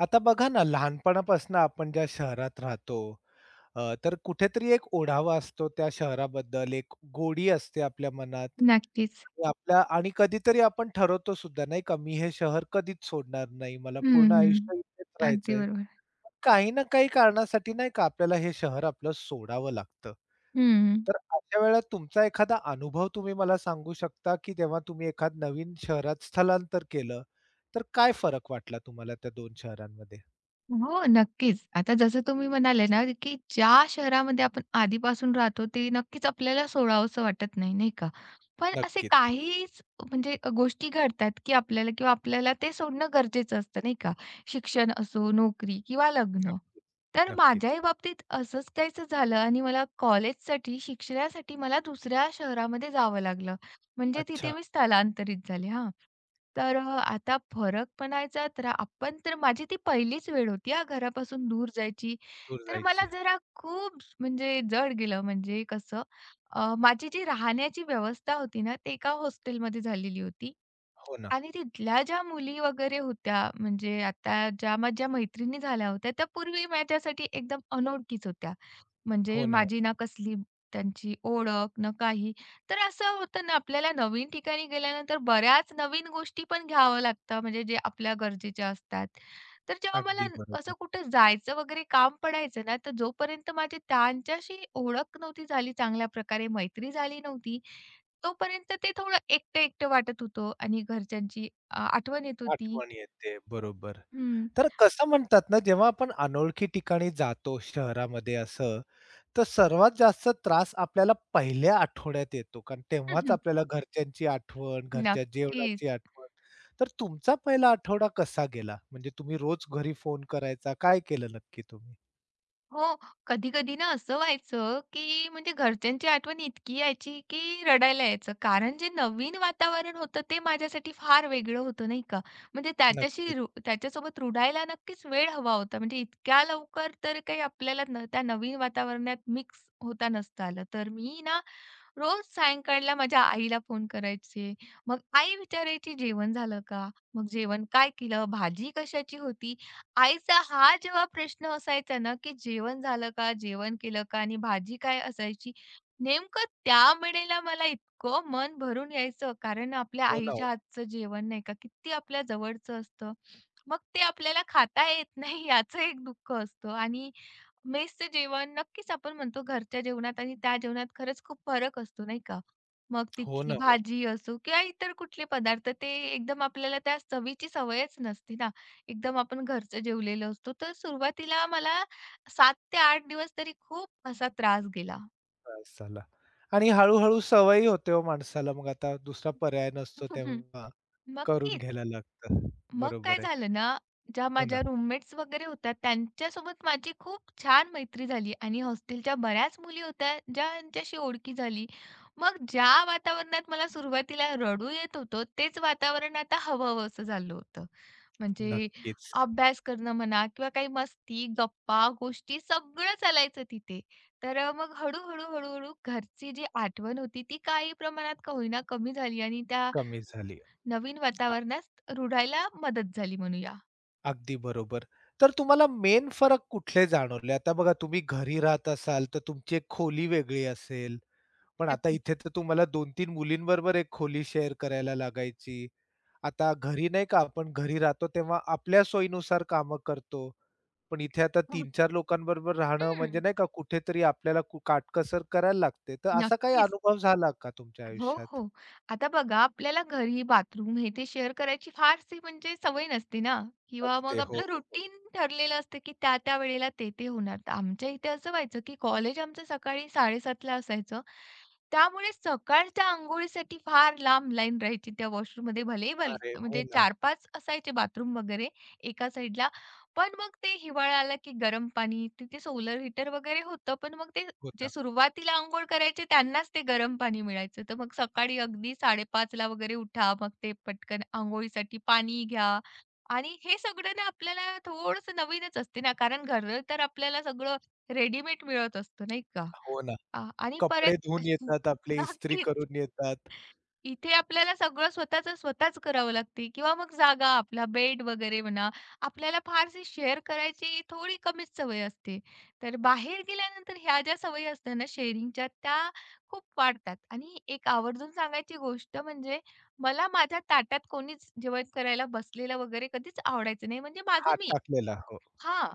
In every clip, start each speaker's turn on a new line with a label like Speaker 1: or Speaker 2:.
Speaker 1: आता बघा ना, लहानपणापासून आपण ज्या शहरात राहतो, तर कुठेतरी एक ओढावा असतो त्या शहराबद्दल, एक गोडी असते आपल्या मनात.
Speaker 2: नक्कीच.
Speaker 1: आणि कधीतरी आपण ठरवतो सुद्धा नाही का, मी हे शहर कधीच सोडणार नाही. मला
Speaker 2: हं,
Speaker 1: पूर्ण आयुष्य इथेच
Speaker 2: हं. अगदी
Speaker 1: राहायचंय.
Speaker 2: बरोबर.
Speaker 1: पण काही ना काही कारणासाठी नाही का आपल्याला हे शहर आपलं सोडावं लागतं.
Speaker 2: हं.
Speaker 1: तर अशा वेळेला तुमचा एखादा अनुभव तुम्ही मला सांगू शकता, की जेव्हा तुम्ही एखाद नवीन शहरात स्थलांतर केलं, तर काय फरक वाटला तुम्हाला त्या 2 शहरांमध्ये?
Speaker 2: हो, नक्कीच. आता जसं तुम्ही म्हणाले ना, की ज्या शहरामध्ये आपण आधीपासून राहतो, ते नक्कीच आपल्याला सोडावसं वाटत नाही, नाही का? पण असे
Speaker 1: नक्कीच,
Speaker 2: काहीच म्हणजे गोष्टी घडतात, की आपल्याला किंवा आपल्याला ते सोडणं गरजेचं असतं, नाही का? शिक्षण असो, नोकरी किंवा लग्न. तर
Speaker 1: नक्कीच.
Speaker 2: माझ्याही बाबतीत असंच काहीसं झालं आणि मला कॉलेजसाठी, शिक्षणासाठी मला दुसऱ्या शहरामध्ये जावं लागलं. म्हणजे
Speaker 1: अच्छा,
Speaker 2: तिथे मी स्थलांतरित झाले हां. तर आता फरक म्हणायचा तर आपण तर माझी ती पहिलीच वेळ होती हां, घरापासून दूर जायची.
Speaker 1: दूर
Speaker 2: तर मला
Speaker 1: जायची.
Speaker 2: जरा खूप म्हणजे जड गेलं. म्हणजे कसं माझी जी राहण्याची व्यवस्था होती ना, ते एका हॉस्टेलमध्ये झालेली होती
Speaker 1: हो ना,
Speaker 2: आणि तिथल्या ज्या मुली वगैरे होत्या, म्हणजे आता ज्या माझ्या मैत्रिणी झाल्या होत्या, त्या पूर्वी माझ्यासाठी एकदम अनोळखीच होत्या. म्हणजे
Speaker 1: हो ना.
Speaker 2: माझी ना कसली त्यांची ओळख ना काही. तर असं होतं ना आपल्याला नवीन ठिकाणी गेल्यानंतर बऱ्याच नवीन गोष्टी पण घ्यावं लागतं म्हणजे जे आपल्या गरजेच्या असतात. तर जेव्हा मला
Speaker 1: अगदी
Speaker 2: असं
Speaker 1: बरोबर.
Speaker 2: कुठं जायचं वगैरे काम पडायचं ना, तर जोपर्यंत माझी त्यांच्याशी ओळख नव्हती झाली चांगल्या प्रकारे, मैत्री झाली नव्हती, तोपर्यंत ते थोडं एकटं-एकटं वाटत होतं आणि घरच्यांची आठवण येत होती.
Speaker 1: आठवण येते. बरोबर.
Speaker 2: हं.
Speaker 1: तर कसं म्हणतात ना, जेव्हा आपण अनोळखी ठिकाणी जातो शहरामध्ये असं, तर सर्वात जास्त त्रास आपल्याला पहिल्या आठवड्यात येतो. कारण तेव्हाच आपल्याला घरच्यांची आठवण, घरच्या
Speaker 2: नक्कीच.
Speaker 1: जेवणाची आठवण. तर तुमचा पहिला आठवडा कसा गेला? म्हणजे तुम्ही रोज घरी फोन करायचा? काय केलं नक्की तुम्ही?
Speaker 2: हो. कधी-कधी ना असं व्हायचं, की म्हणजे घरच्यांची आठवण इतकी यायची, की रडायला यायचं. कारण जे नवीन वातावरण होतं ते माझ्यासाठी फार वेगळं होतं, नाही का. म्हणजे त्याच्याशी
Speaker 1: नक्कीच.
Speaker 2: रु त्याच्यासोबत रुढायला नक्कीच वेळ हवा होता. म्हणजे इतक्या लवकर तर काही आपल्याला न त्या नवीन वातावरणात मिक्स होता नसता आलं. तर मी ना रोज सायंकाळला माझ्या आईला फोन करायचे. मग आई विचारायची, "जेवण झालं का? मग जेवण काय केलं? भाजी कशाची होती?" आईचा हा जेव्हा प्रश्न असायचा ना, की जेवण झालं का? जेवण केलं का? आणि भाजी काय असायची? नेमकं त्या वेळेला मला इतकं मन भरून यायचं, कारण आपल्या
Speaker 1: हो ना हो.
Speaker 2: आईच्या हातचं जेवण नाही का किती आपल्या जवळचं असतं. मग ते आपल्याला खाता येत नाही याचं एक दुःख असतं आणि मेसचं जेवण नक्कीच आपण म्हणतो घरच्या जेवणात आणि त्या जेवणात खरंच खूप फरक असतो नाही का? मग
Speaker 1: हो
Speaker 2: तिथली
Speaker 1: ना हो.
Speaker 2: भाजी असो किंवा इतर कुठले पदार्थ ते एकदम आपल्याला त्या चवीची सवयच नसते ना. एकदम आपण घरचं जेवलेलो असतो. तर सुरुवातीला मला 7 ते 8 दिवस तरी खूप असा त्रास गेला.
Speaker 1: त्रास आणि हळू-हळू सवयी होते हो माणसाला. मग आता दुसरा पर्याय नसतो तेव्हा करून
Speaker 2: नक्कीच.
Speaker 1: घ्यायला लागतं.
Speaker 2: मग काय
Speaker 1: बरोबर आहे.
Speaker 2: झालं ना, ज्या
Speaker 1: हो ना.
Speaker 2: माझ्या रूममेट्स वगैरे होत्या, त्यांच्यासोबत माझी खूप छान मैत्री झाली आणि हॉस्टेलच्या बऱ्याच मुली होत्या, ज्यांच्याशी ओळखी झाली. मग ज्या वातावरणात मला सुरुवातीला रडू येत होतं, तेच वातावरण आता हवं-हवंसं झालं होतं. म्हणजे
Speaker 1: नक्कीच.
Speaker 2: अभ्यास करणं म्हणा किंवा काही मस्ती, गप्पा, गोष्टी सगळं चालायचं तिथे. तर मग हळू-हळू, हळूहळू घरची जी आठवण होती, ती काही प्रमाणात का होईना कमी झाली आणि त्या
Speaker 1: कमी झाली.
Speaker 2: नवीन
Speaker 1: अ
Speaker 2: वातावरणात रुळायला मदत झाली म्हणूया.
Speaker 1: अगदी बरोबर. तर तुम्हाला मेन फरक कुठले जाणवले? आता बघा तुम्ही घरी राहत असाल, तर तुमची एक खोली वेगळी असेल. पण आता
Speaker 2: नक्कीच.
Speaker 1: इथे तर तुम्हाला 2-3 मुलींबरोबर एक खोली शेअर करायला लागायची. आता घरी नाही का आपण घरी राहतो तेव्हा आपल्या सोयीनुसार कामं करतो. पण इथे आता 3-4 लोकांबरोबर राहणं म्हणजे
Speaker 2: हं.
Speaker 1: नाही का कुठेतरी आपल्याला काटकसर करायला लागते. तर असा काही
Speaker 2: नक्कीच.
Speaker 1: अनुभव झाला का तुमच्या
Speaker 2: हो,
Speaker 1: आयुष्यात?
Speaker 2: हो. आता बघा आपल्याला घरी बाथरूम हे ते शेअर करायची फारशी म्हणजे सवय नसते ना किंवा मग
Speaker 1: असते. हो,
Speaker 2: आपलं
Speaker 1: हो, हो.
Speaker 2: रुटीन ठरलेलं असतं, की त्या वेळेला ते होणार. तर आमच्या इथे असं व्हायचं, की कॉलेज आमचं सकाळी 7:30 ला असायचं. त्यामुळे सकाळच्या अंघोळीसाठी फार लांब लाईन राहायची त्या वॉशरूममध्ये. भलेही भले
Speaker 1: अरे!
Speaker 2: भले
Speaker 1: हो
Speaker 2: म्हणजे
Speaker 1: ना,
Speaker 2: 4-5 असायचे बाथरूम वगैरे एका साइडला. पण मग ते हिवाळा आला, की गरम पाणी तिथे सोलर हीटर वगैरे होतं. पण मग ते
Speaker 1: हो
Speaker 2: जे
Speaker 1: ना,
Speaker 2: सुरुवातीला अंघोळ करायचे त्यांनाच ते गरम पाणी मिळायचं. तर मग सकाळी अगदी 5:30 ला वगैरे उठा. मग ते पटकन अंघोळीसाठी पाणी घ्या आणि हे सगळं ना आपल्याला थोडंसं नवीनच असते ना, कारण घरं तर आपल्याला सगळं रेडीमेड मिळत असतं नाही का?
Speaker 1: हो ना.
Speaker 2: आणि
Speaker 1: कपडे
Speaker 2: परत
Speaker 1: धुवून येतात आपले, इस्त्री
Speaker 2: नक्कीच.
Speaker 1: करून येतात.
Speaker 2: इथे आपल्याला सगळं स्वतःचं स्वतःच करावं लागते किंवा मग जागा, आपला बेड वगैरे म्हणा, आपल्याला फारशी शेअर करायची थोडी कमीच सवय असते. तर बाहेर गेल्यानंतर ह्या ज्या सवयी असतात ना शेअरिंगच्या, त्या खूप वाढतात. आणि एक आवर्जून सांगायची गोष्ट म्हणजे मला माझ्या ताटात कोणीच जेवण करायला बसलेलं वगैरे कधीच आवडायचं नाही. म्हणजे माझं
Speaker 1: हात
Speaker 2: मी.
Speaker 1: टाकलेला. हो,
Speaker 2: हां,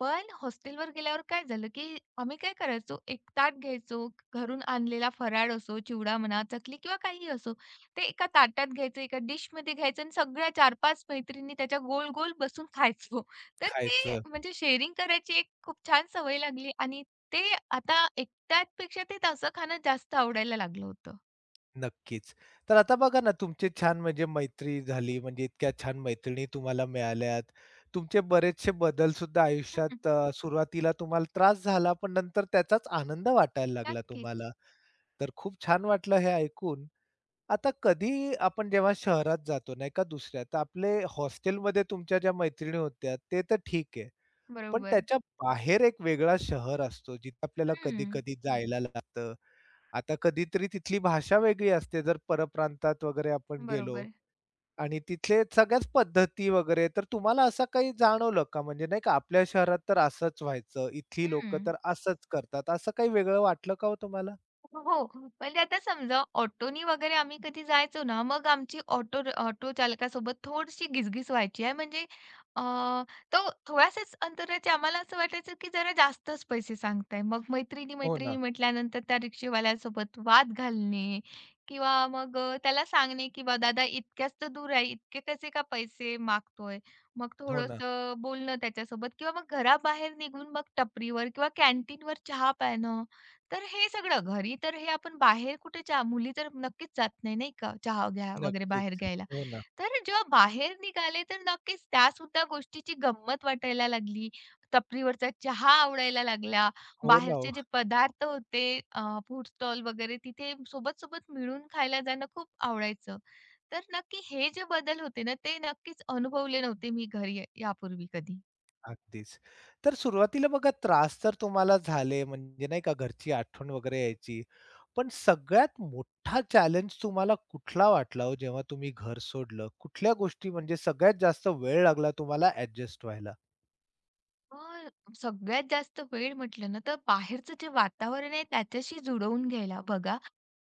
Speaker 2: पण हॉस्टेलवर गेल्यावर काय झालं, की आम्ही काय करायचो, एक ताट घ्यायचो, घरून आणलेला फराळ असो, चिवडा म्हणा, चकली किंवा काही असो. ते एका ताटात घ्यायचं, एका डिशमध्ये घ्यायचं आणि सगळ्या 4-5 मैत्रिणी त्याच्या गोल-गोल बसून खायचो. तर ते
Speaker 1: खायचं.
Speaker 2: म्हणजे शेअरिंग करायची एक खूप छान सवय लागली आणि ते आता एकट्यापेक्षा ते तसं खाणं जास्त आवडायला लागलं होतं.
Speaker 1: नक्कीच. तर आता बघा ना, तुमची छान म्हणजे मैत्री झाली, म्हणजे इतक्या छान मैत्रिणी तुम्हाला मिळाल्यात. तुमचे बरेचसे बदल सुद्धा आयुष्यात सुरुवातीला तुम्हाला त्रास झाला, पण नंतर त्याचाच आनंद वाटायला लागला
Speaker 2: नक्कीच.
Speaker 1: तुम्हाला. तर खूप छान वाटलं हे ऐकून. आता कधी आपण जेव्हा शहरात जातो नाही का दुसऱ्या, तर आपले हॉस्टेलमध्ये तुमच्या ज्या मैत्रिणी होत्या ते तर ठीक आहे. पण
Speaker 2: बरोबर.
Speaker 1: त्याच्या बाहेर एक वेगळा शहर असतो जिथे आपल्याला
Speaker 2: हं.
Speaker 1: कधी-कधी जायला लागतं. आता कधीतरी तिथली भाषा वेगळी असते जर परप्रांतात वगैरे आपण गेलो
Speaker 2: बरोबर.
Speaker 1: आणि तिथले सगळ्याच पद्धती वगैरे. तर तुम्हाला असं काही जाणवलं का? म्हणजे नाही का आपल्या शहरात तर असंच व्हायचं, इथली लोकं
Speaker 2: हं.
Speaker 1: तर असंच करतात. असं काही वेगळं वाटलं का हो तुम्हाला?
Speaker 2: हो, हो. म्हणजे आता समजा ऑटोनी वगैरे आम्ही कधी जायचो ना, मग आमची ऑटो ऑटो चालकासोबत थोडीशी घिसघिस व्हायची आहे. म्हणजे अ, तो थोड्याशाच अंतराचे आम्हाला असं वाटायचं, की जरा जास्तच पैसे सांगताय. मग
Speaker 1: हो
Speaker 2: मैत्रिणी-मैत्रिणी
Speaker 1: ना.
Speaker 2: म्हटल्यानंतर त्या रिक्षावाल्यासोबत वाद घालणे किंवा मग त्याला सांगणे, की "बा दादा इतक्याच तर दूर आहे, इतके कसे का पैसे मागतोय?" मग
Speaker 1: हो ना.
Speaker 2: थोडंसं बोलणं त्याच्यासोबत किंवा मग घराबाहेर निघून मग टपरीवर किंवा कॅन्टीनवर चहा प्यायनं. तर हे सगळं घरी तर हे आपण बाहेर कुठे चहा मुली तर नक्कीच जात नाही, नाही का, चहा घ्या वगैरे बाहेर
Speaker 1: नक्कीच.
Speaker 2: घ्यायला.
Speaker 1: हो ना.
Speaker 2: तर जेव्हा बाहेर निघाले तर नक्कीच त्यासुद्धा गोष्टीची गंमत वाटायला लागली. टपरीवरचा चहा आवडायला लागला.
Speaker 1: हो ना, हो.
Speaker 2: बाहेरचे जे पदार्थ होते अ, फूड स्टॉल वगैरे तिथे सोबत-सोबत मिळून खायला जाणं खूप आवडायचं. तर नक्की हे जे बदल होते ना, ते नक्कीच अनुभवले नव्हते मी घरी यापूर्वी कधी.
Speaker 1: अगदीच. तर सुरुवातीला बघा त्रास तर तुम्हाला झाले म्हणजे नाही का घरची आठवण वगैरे यायची. पण सगळ्यात मोठा चॅलेंज तुम्हाला कुठला वाटला हो जेव्हा तुम्ही घर सोडलं? कुठल्या गोष्टी म्हणजे सगळ्यात जास्त वेळ लागला तुम्हाला ॲडजस्ट व्हायला?
Speaker 2: मग सगळ्यात जास्त वेळ म्हटलं ना, तर बाहेरचं जे वातावरण आहे त्याच्याशी जुळवून घ्यायला बघा.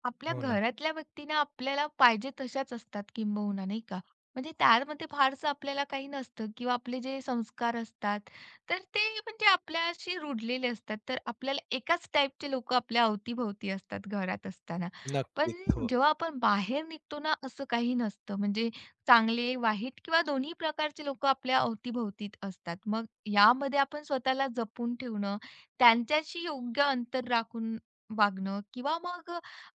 Speaker 2: आपल्या
Speaker 1: हो ना.
Speaker 2: घरातल्या व्यक्तींना आपल्याला पाहिजे तशाच असतात किंबहुना नाही का? म्हणजे त्यामध्ये फारसं आपल्याला काही नसतं किंवा आपले जे संस्कार असतात, तर ते म्हणजे आपल्याशी रूढलेले असतात. तर आपल्याला एकाच टाईपचे लोकं आपल्या अवतीभोवती असतात घरात असताना.
Speaker 1: नक्कीच.
Speaker 2: पण
Speaker 1: हो.
Speaker 2: जेव्हा आपण बाहेर निघतो ना, असं काही नसतं. म्हणजे चांगले, वाईट किंवा दोन्ही प्रकारचे लोकं आपल्या अवतीभोवतीत असतात. मग यामध्ये आपण स्वतःला जपून ठेवणं, त्यांच्याशी योग्य अंतर राखून वागणं किंवा मग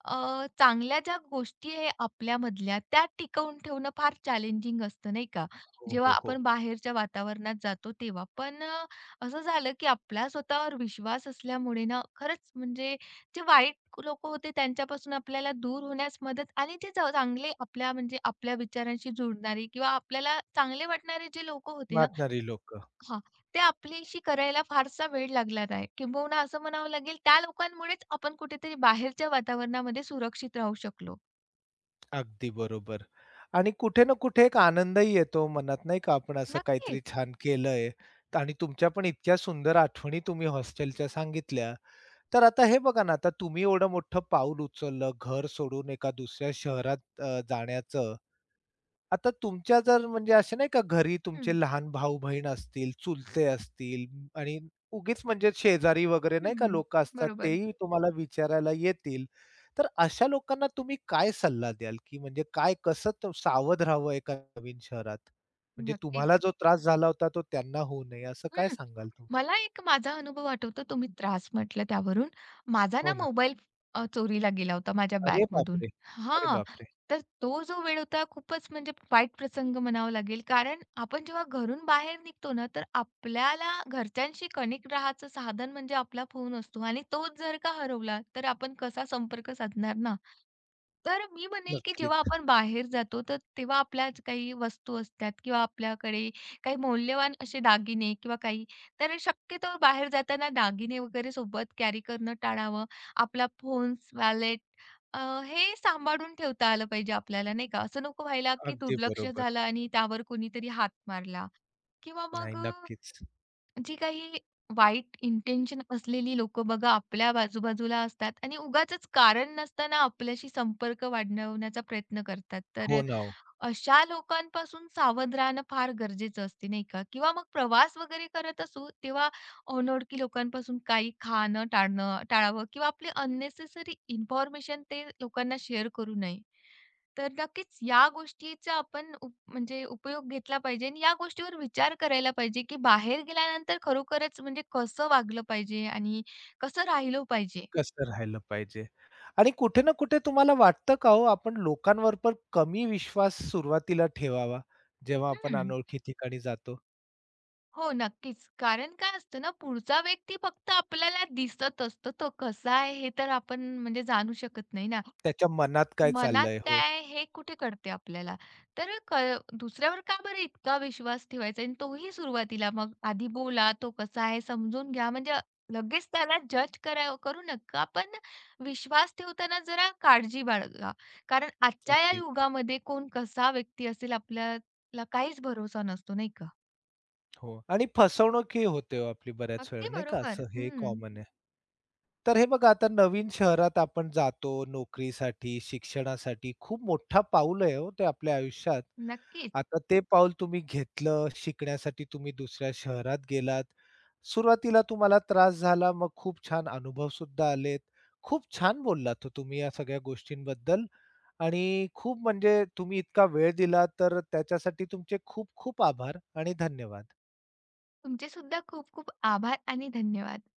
Speaker 2: चांगल्या ज्या गोष्टी आहे आपल्यामधल्या, त्या टिकवून ठेवणं फार चॅलेंजिंग असतं, नाही का?
Speaker 1: हो,
Speaker 2: जेव्हा
Speaker 1: हो, हो.
Speaker 2: आपण बाहेरच्या वातावरणात जातो तेव्हा. पण असं झालं की आपला स्वतःवर विश्वास असल्यामुळे ना खरंच म्हणजे जे वाईट लोकं होते त्यांच्यापासून आपल्याला दूर होण्यास मदत आणि जे च चांगले आपल्या म्हणजे आपल्या विचारांशी जुळणारी किंवा आपल्याला चांगले वाटणारे जे लोकं होते ना
Speaker 1: वाटणारी लोकं.
Speaker 2: हां, ते आपल्याशी करायला फारसा वेळ लागला नाही. किंबहुना असं म्हणावं लागेल त्या लोकांमुळेच आपण कुठेतरी बाहेरच्या वातावरणामध्ये सुरक्षित राहू शकलो.
Speaker 1: अगदी बरोबर. आणि कुठे ना कुठे एक आनंदही येतो मनात नाही का, आपण असं काहीतरी
Speaker 2: नक्कीच.
Speaker 1: छान केलंय आणि तुमच्या पण इतक्या सुंदर आठवणी तुम्ही हॉस्टेलच्या सांगितल्या. तर आता हे बघा ना, आता तुम्ही एवढं मोठं पाऊल उचललं, घर सोडून एका दुसऱ्या शहरात जाण्याचं. आता तुमच्या जर म्हणजे असे नाही का घरी
Speaker 2: हं.
Speaker 1: तुमचे लहान भाऊ-बहीण असतील, चुलते असतील आणि उगीच म्हणजे शेजारी वगैरे नाही
Speaker 2: हं,
Speaker 1: का
Speaker 2: हं.
Speaker 1: लोकं असतात,
Speaker 2: बरोबर.
Speaker 1: तेही तुम्हाला विचारायला येतील. तर अशा लोकांना तुम्ही काय सल्ला द्याल, की म्हणजे काय कसं सावध राहावं एका नवीन शहरात? म्हणजे
Speaker 2: नक्कीच.
Speaker 1: तुम्हाला जो त्रास झाला होता तो त्यांना होऊ नये असं काय
Speaker 2: हं.
Speaker 1: सांगाल तुम्ही?
Speaker 2: मला एक माझा अनुभव आठवतो तुम्ही त्रास म्हटलं त्यावरून. माझा
Speaker 1: हो
Speaker 2: ना
Speaker 1: ना.
Speaker 2: मोबाईल चोरीला गेला होता माझ्या
Speaker 1: अरे
Speaker 2: बॅगमधून.
Speaker 1: बापरे! अरे
Speaker 2: हां,
Speaker 1: बापरे!
Speaker 2: तर तो जो वेळ होता खूपच म्हणजे वाईट प्रसंग म्हणावा लागेल. कारण आपण जेव्हा घरून बाहेर निघतो ना, तर आपल्याला घरच्यांशी कनेक्ट राहायचं साधन म्हणजे आपला फोन असतो आणि तोच जर का हरवला, तर आपण कसा संपर्क साधणार ना? तर मी म्हणेल की जेव्हा
Speaker 1: नक्कीच.
Speaker 2: आपण बाहेर जातो, तर तेव्हा आपल्या काही वस्तू असतात किंवा आपल्याकडे काही मौल्यवान असे दागिने किंवा काही तर शक्यतो बाहेर जाताना दागिने वगैरे सोबत कॅरी करणं टाळावं. आपला फोन्स, वॅलेट अ, हे सांभाळून ठेवता आलं पाहिजे आपल्याला, नाही का? असं नको व्हायला, की
Speaker 1: अगदी
Speaker 2: दुर्लक्ष
Speaker 1: बरोबर.
Speaker 2: झालं आणि त्यावर कोणीतरी हात मारला किंवा
Speaker 1: नाही,
Speaker 2: मग
Speaker 1: नक्कीच.
Speaker 2: जी काही वाईट इंटेन्शन असलेली लोकं बघा आपल्या आजूबाजूला असतात आणि उगाचच कारण नसताना आपल्याशी संपर्क वाढवण्याचा प्रयत्न करतात. तर
Speaker 1: हो ना ओ.
Speaker 2: अशा लोकांपासून सावध राहणं फार गरजेचं असते, नाही का? किंवा मग प्रवास वगैरे करत असू, तेव्हा अनोळखी लोकांपासून काही खाणं टाळावं किंवा आपली अननेसेसरी इन्फॉर्मेशन ते लोकांना शेअर करू नये. तर नक्कीच या गोष्टीचा आपण उप म्हणजे उपयोग घेतला पाहिजे आणि या गोष्टीवर विचार करायला पाहिजे, की बाहेर गेल्यानंतर खरोखरच म्हणजे कसं वागलं पाहिजे आणि कसं राहिलं पाहिजे.
Speaker 1: कसं राहिलं पाहिजे. आणि कुठे ना कुठे तुम्हाला वाटतं का हो, आपण लोकांवर पण कमी विश्वास सुरुवातीला ठेवावा, जेव्हा आपण
Speaker 2: हं.
Speaker 1: अनोळखी ठिकाणी जातो?
Speaker 2: हो, नक्कीच. कारण काय असतं ना, पुढचा व्यक्ती फक्त आपल्याला दिसत असतो. तो कसा आहे हे तर आपण म्हणजे जाणू शकत नाही ना.
Speaker 1: त्याच्या मनात काय
Speaker 2: मनात
Speaker 1: चाललंय?
Speaker 2: काय
Speaker 1: हो,
Speaker 2: आहे हे कुठे कळते आपल्याला. तर क दुसऱ्यावर का बरं इतका विश्वास ठेवायचा आणि तोही सुरुवातीला मग आधी बोला, तो कसा आहे समजून घ्या. म्हणजे लगेच त्याला जज करू नका. पण विश्वास ठेवताना जरा काळजी बाळगा. कारण आजच्या या
Speaker 1: अगदीच.
Speaker 2: युगामध्ये कोण कसा व्यक्ती असेल आपल्याला काहीच भरोसा नसतो, नाही का?
Speaker 1: हो आणि फसवणूकही होते हो आपली बऱ्याच वेळा
Speaker 2: अगदी
Speaker 1: नाही का? असं
Speaker 2: बरोबर.
Speaker 1: हे
Speaker 2: हं.
Speaker 1: कॉमन आहे. तर हे बघा आता नवीन शहरात आपण जातो नोकरीसाठी, शिक्षणासाठी. खूप मोठा पाऊल आहे हो ते आपल्या आयुष्यात.
Speaker 2: नक्कीच.
Speaker 1: आता ते पाऊल तुम्ही घेतलं, शिकण्यासाठी तुम्ही दुसऱ्या शहरात गेलात. सुरुवातीला तुम्हाला त्रास झाला, मग खूप छान अनुभव सुद्धा आलेत. खूप छान बोललात हो तुम्ही या सगळ्या गोष्टींबद्दल आणि खूप म्हणजे तुम्ही इतका वेळ दिला, तर त्याच्यासाठी तुमचे खूप खूप आभार आणि धन्यवाद.
Speaker 2: तुमचे सुद्धा खूप खूप आभार आणि धन्यवाद.